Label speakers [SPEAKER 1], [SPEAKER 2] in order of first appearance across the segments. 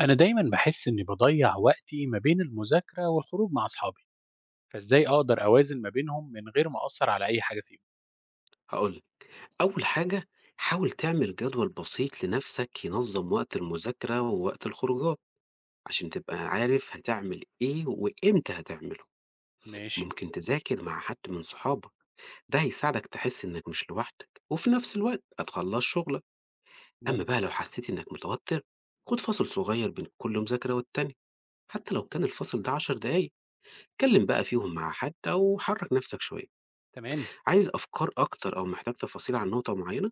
[SPEAKER 1] أنا دايما بحس إني بضيع وقتي ما بين المذاكرة والخروج مع أصحابي، فإزاي أقدر أوازن ما بينهم من غير ما أثر على أي حاجة فيهم؟
[SPEAKER 2] هاقول لك، أول حاجة حاول تعمل جدول بسيط لنفسك ينظم وقت المذاكرة ووقت الخروجات، عشان تبقى عارف هتعمل إيه وإمتى هتعمله.
[SPEAKER 1] ماشي.
[SPEAKER 2] ممكن تذاكر مع حد من صحابك، ده هيساعدك تحس إنك مش لوحدك، وفي نفس الوقت هتخلص شغلك. أما
[SPEAKER 1] ممكن.
[SPEAKER 2] بقى لو حسيت إنك متوتر، خد فاصل صغير بين كل مذاكرة والتانية، حتى لو كان الفاصل ده 10 دقايق، اتكلم بقى فيهم مع حد أو حرك نفسك شوية.
[SPEAKER 1] تمام.
[SPEAKER 2] عايز أفكار أكتر أو محتاج تفاصيل عن نقطة معينة؟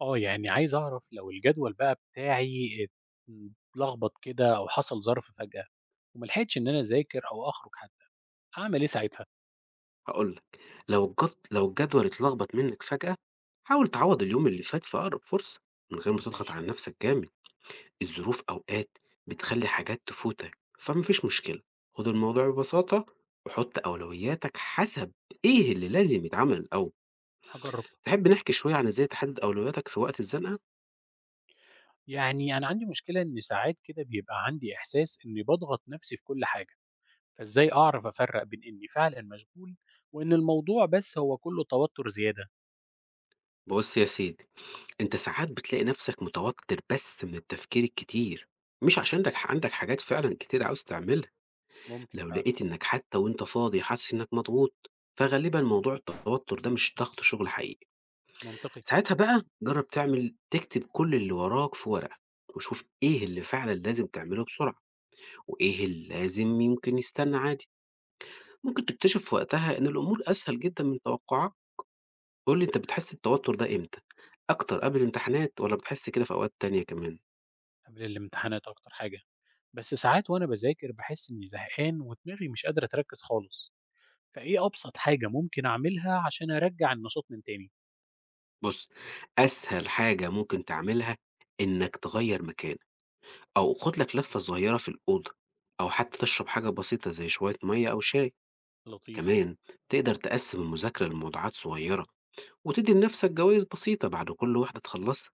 [SPEAKER 1] آه يعني عايز أعرف لو الجدول بقى بتاعي اتلخبط كده أو حصل ظرف فجأة وملحقتش إن أنا أذاكر أو أخرج حتى، أعمل إيه ساعتها؟
[SPEAKER 2] هاقول لك، لو الجدول اتلخبط منك فجأة، حاول تعوّض اليوم اللي فات في أقرب فرصة، من غير ما تضغط
[SPEAKER 1] ماشي.
[SPEAKER 2] على نفسك جامد. الظروف أوقات بتخلّي حاجات تفوتك، فما فيش مشكلة. خُد الموضوع ببساطة وحُط أولوياتك حسب إيه اللي لازم يتعمل الأول.
[SPEAKER 1] هجرب.
[SPEAKER 2] تحب نحكي شوية عن إزاي تحدد أولوياتك في وقت الزنقة؟
[SPEAKER 1] يعني أنا عندي مشكلة إن ساعات كده بيبقى عندي إحساس إني بضغط نفسي في كل حاجة. فإزاي أعرف أفرق بين إني فعلًا مشغول وإن الموضوع بس هو كله توتر زيادة؟
[SPEAKER 2] بُص يا سيدي، أنت ساعات بتلاقي نفسك متوتر بس من التفكير الكتير، مش عشان دك عندك حاجات فعلًا كتير عاوز تعملها.
[SPEAKER 1] ممكن
[SPEAKER 2] لو
[SPEAKER 1] فعلًا،
[SPEAKER 2] لقيت إنك حتى وأنت فاضي حاسس إنك مضغوط، فغالبا موضوع التوتر ده مش ضغط شغل حقيقي.
[SPEAKER 1] منطقي،
[SPEAKER 2] ساعتها بقى جرب تعمل تكتب كل اللي وراك في ورقة، وشوف إيه اللي فعلا لازم تعمله بسرعة، وإيه اللي لازم يمكن يستنى عادي. ممكن تكتشف في وقتها إن الأمور أسهل جدا من توقعك. قول لي، أنت بتحس التوتر ده إمتى أكتر؟ قبل الامتحانات، ولا بتحس كده في أوقات تانية كمان؟
[SPEAKER 1] قبل الامتحانات أكتر حاجة، بس ساعات وأنا باذاكر باحس إني زهقان ودماغي مش قادرة تركز خالص، فإيه أبسط حاجة ممكن أعملها عشان أرجع النشاط من تاني؟
[SPEAKER 2] بص، أسهل حاجة ممكن تعملها إنك تغير مكان، أو خُد لك لفة صغيرة في الأوضة، أو حتى تشرب حاجة بسيطة زي شوية مَيّة أو شاي.
[SPEAKER 1] لطيف.
[SPEAKER 2] كمان تقدر تقسّم المذاكرة لموضوعات صغيرة، وتدّي لنفْسك جوايز بسيطة بعد كل واحدة تخلّصها،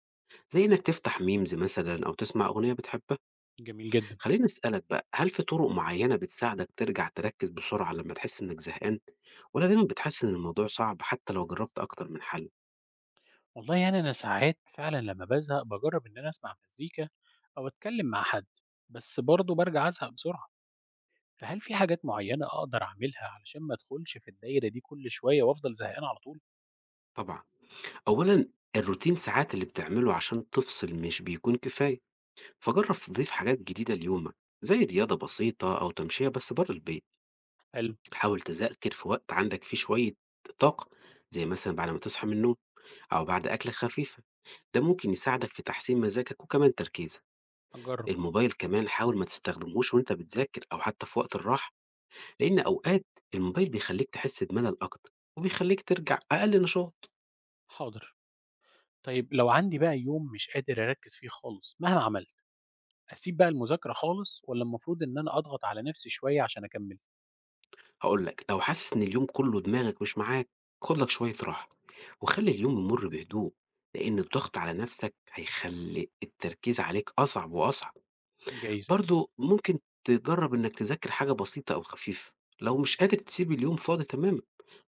[SPEAKER 2] زي إنك تفتح memes مثلًا أو تسمع أغنية بتحبها.
[SPEAKER 1] جميل جدًا.
[SPEAKER 2] خلّيني أسألك بقى، هل في طُرق معيّنة بتساعدك ترجع تركّز بسرعة لمّا تحس إنك زهقان، والّا دايمًا بتحس إن الموضوع صعب حتى لو جرّبت أكتر من حل؟
[SPEAKER 1] والله يعني أنا ساعات فعلًا لما بازهق باجرب إن أنا أسمع مزيكا أو أتكلم مع حد، بس برضه بارجع أزهق بسرعة. فهل في حاجات معينة أقدر أعملها علشان ما أدخلش في الدايرة دي كل شوية وأفضل زهقان على طول؟
[SPEAKER 2] طبعًا. أولًا، الروتين ساعات اللي بتعمله عشان تفصل مش بيكون كفاية. فجرب تضيف حاجات جديدة ليومك، زي رياضة بسيطة أو تمشية بس بره البيت.
[SPEAKER 1] حلو.
[SPEAKER 2] حاول تذاكر في وقت عندك فيه شوية طاقة، زي مثلا بعد ما تصحى من النوم أو بعد أكلة خفيفة، ده ممكن يساعدك في تحسين مزاجك وكمان تركيزك.
[SPEAKER 1] هاجرب.
[SPEAKER 2] الموبايل كمان حاول ما تستخدموش وانت بتذاكر أو حتى في وقت الراحة، لأن أوقات الموبايل بيخليك تحس بملل أكتر، وبيخليك ترجع أقل نشاط.
[SPEAKER 1] حاضر. طيب لو عندي بقى يوم مش قادر أركز فيه خالص مهما عملت، أسيب بقى المذاكرة خالص ولا المفروض إن أنا أضغط على نفسي شوية عشان أكمل؟
[SPEAKER 2] هاقول لك، لو حاسس إن اليوم كُلّه دماغك مش معاك، خُد لك شوية راحة، وخلّي اليوم يمُر بهدوء، لإن الضغط على نَفْسك هيخلّي التركيز عليك أصعب وأصعب.
[SPEAKER 1] جايز.
[SPEAKER 2] برضه ممكن تجرّب إنّك تذاكر حاجة بسيطة أو خفيفة، لو مش قادر تسيب اليوم فاضي تمامًا،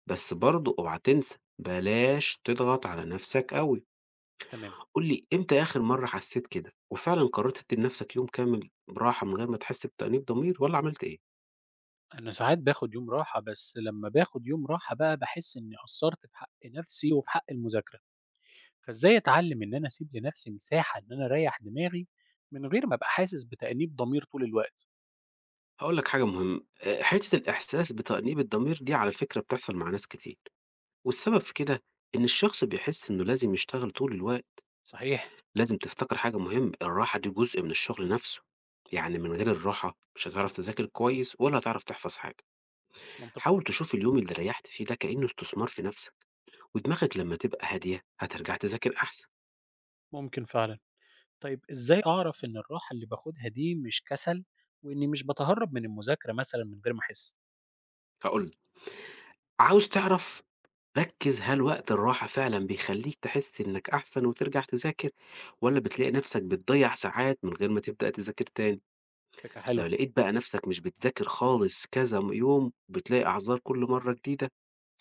[SPEAKER 2] بس برضه اوعى تنسى، بلاش تضغط على نَفْسك أوي.
[SPEAKER 1] تمام.
[SPEAKER 2] قُل لي، إمتى آخر مرّة حسّيت كده وفعلًا قرّرت تدّي لنَفْسك يوم كامل براحة من غير ما تحس بتأنيب ضمير، والّا عملت إيه؟
[SPEAKER 1] أنا ساعات باخد يوم راحة بس لما باخد يوم راحة بقى بحس إني قصرت في حق نفسي وفي حق المذاكرة، فإزاي أتعلم إن أنا أسيب لنفسي مساحة إن أنا أريح دماغي من غير ما أبقى حاسس بتأنيب ضمير طول الوقت؟
[SPEAKER 2] هاقول لك حاجة مهمة، حتّة الإحساس بتأنيب الضمير دي على فكرة بتحصل مع ناس كتير، والسبب في كده إن الشخص بيحس إنه لازم يشتغل طول الوقت.
[SPEAKER 1] صحيح،
[SPEAKER 2] لازم تفتكر حاجة مهمة، الراحة دي جزء من الشغل نفسه، يعني من غير الراحة مش هتعرف تذاكر كويس ولا هتعرف تحفظ حاجة.
[SPEAKER 1] منطقي.
[SPEAKER 2] حاول تشوف اليوم اللي ريّحت فيه ده كإنه استثمار في نفسك، ودماغك لمّا تبقى هادية هترجع تذاكر أحسن.
[SPEAKER 1] ممكن فعلًا. طيب إزاي أعرف إن الراحة اللي باخدها دي مش كسل، وإني مش باتهرب من المذاكرة مثلًا من غير ما أحس؟
[SPEAKER 2] هاقول لك، عاوز تعرف، ركّز هل وقت الراحة فعلًا بيخلّيك تحس إنك أحسن وترجع تذاكر، والّا بتلاقي نَفْسك بتضيّع ساعات من غير ما تبدأ تذاكر تاني؟
[SPEAKER 1] فكرة
[SPEAKER 2] لو
[SPEAKER 1] حلوة.
[SPEAKER 2] لقيت بقى نَفْسك مش بتذاكر خالص كذا م يوم، بتلاقي أعذار كل مرّة جديدة،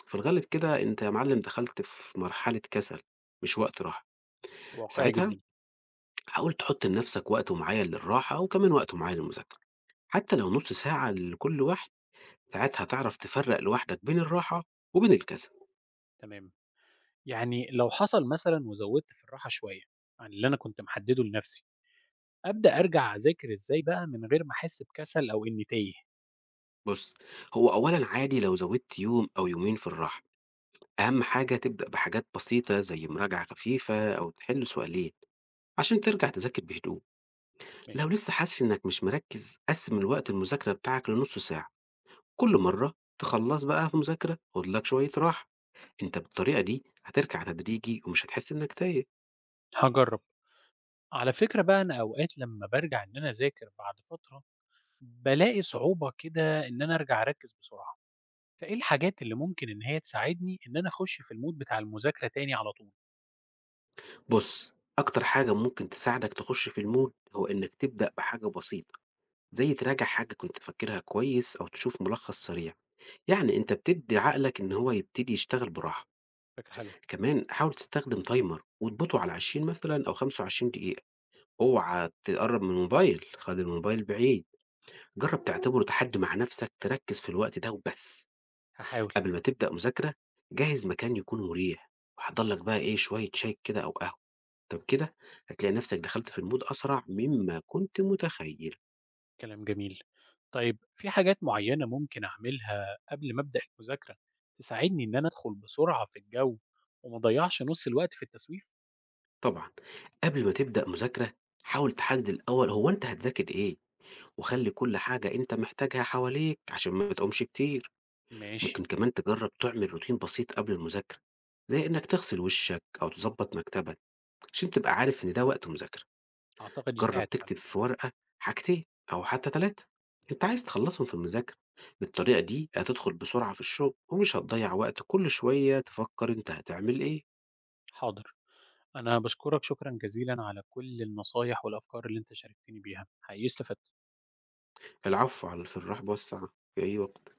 [SPEAKER 2] في الغالب كده أنت يا معلِّم دخلت في مرحلة كسل، مش وقت راحة.
[SPEAKER 1] وواقعي
[SPEAKER 2] ساعتها
[SPEAKER 1] جدا.
[SPEAKER 2] حاول تحُط لنَفْسك وقت معيّن للراحة وكمان وقت معيّن للمذاكرة، حتى لو نُص ساعة لكل واحد، ساعتها هتعرف تفرّق لوحدك بين الراحة وبين الكسل.
[SPEAKER 1] تمام. يعني لو حصل مثلًا وزودت في الراحة شوية عن اللي أنا كنت محدده لنفسي، أبدأ أرجع أذاكر إزاي بقى من غير ما أحس بكسل أو إني تايه؟
[SPEAKER 2] بُص، هو أولًا عادي لو زوّدت يوم أو يومين في الراحة. أهم حاجة تبدأ بحاجات بسيطة زي مراجعة خفيفة أو تحل سؤالين عشان ترجع تذاكر بهدوء. لو
[SPEAKER 1] ماشي.
[SPEAKER 2] لسه حاسس إنك مش مركّز، قسّم الوقت المذاكرة بتاعك لنُص ساعة، كل مرّة تخلّص بقى في مذاكرة خُد لك شوية راحة، أنت بالطريقة دي هترجع تدريجي ومش هتحس إنك تايه.
[SPEAKER 1] هاجرب. على فكرة بقى أنا أوقات لما بارجع إن أنا أذاكر بعد فترة، بالاقي صعوبة كده إن أنا أرجع أركز بسرعة. فإيه الحاجات اللي ممكن إن هي تساعدني إن أنا أخش في المود بتاع المذاكرة تاني على طول؟
[SPEAKER 2] بُص، أكتر حاجة ممكن تساعدك تخُش في الmood هو إنك تبدأ بحاجة بسيطة، زي تراجع حاجة كنت فاكرها كويس أو تشوف ملخص سريع. يعني أنت بتدي عقلك إن هو يبتدي يشتغل براحة.
[SPEAKER 1] فكرة حلوة.
[SPEAKER 2] كمان حاول تستخدم تايمر وتبطه على 20 مثلا أو 25 دقيقة. اوعى تقرب من الموبايل، خد الموبايل بعيد. جرب تعتبره تحدي مع نفسك، تركز في الوقت ده وبس.
[SPEAKER 1] هاحاول.
[SPEAKER 2] قبل ما تبدأ مذاكرة، جهز مكان يكون مريح، وحضر لك بقى إيه شوية شاي كده أو قهوة. طب كده هتلاقي نفسك دخلت في المود أسرع مما كنت متخيل.
[SPEAKER 1] كلام جميل. طيب في حاجات معينة ممكن أعملها قبل ما أبدأ المذاكرة تساعدني إن أنا أدخل بسرعة في الجو وما أضيعش نص الوقت في التسويف؟
[SPEAKER 2] طبعًا، قبل ما تبدأ مذاكرة، حاول تحدد الأول هو أنت هتذاكر إيه، وخلّي كل حاجة أنت محتاجها حواليك عشان ما تقومش كتير.
[SPEAKER 1] ماشي،
[SPEAKER 2] ممكن كمان تجرّب تعمل روتين بسيط قبل المذاكرة، زي إنك تغسل وشك أو تضبّط مكتبك، عشان تبقى عارف إن ده وقت مذاكرة.
[SPEAKER 1] أعتقد يساعد
[SPEAKER 2] جرّب
[SPEAKER 1] فعلا.
[SPEAKER 2] تكتب في ورقة حاجتين أو حتى 3 أنت عايز تخلّصهم في المذاكرة، بالطريقة دي هتدخل بسرعة في الشغل ومش هتضيّع وقت كل شوية تفكر أنت هتعمل إيه.
[SPEAKER 1] حاضر، أنا باشكرك شكرا جزيلا على كل النصايح والأفكار اللي أنت شاركتني بيها، حقيقي استفدت.
[SPEAKER 2] العفو، على في الرحب والسعة، في أي وقت.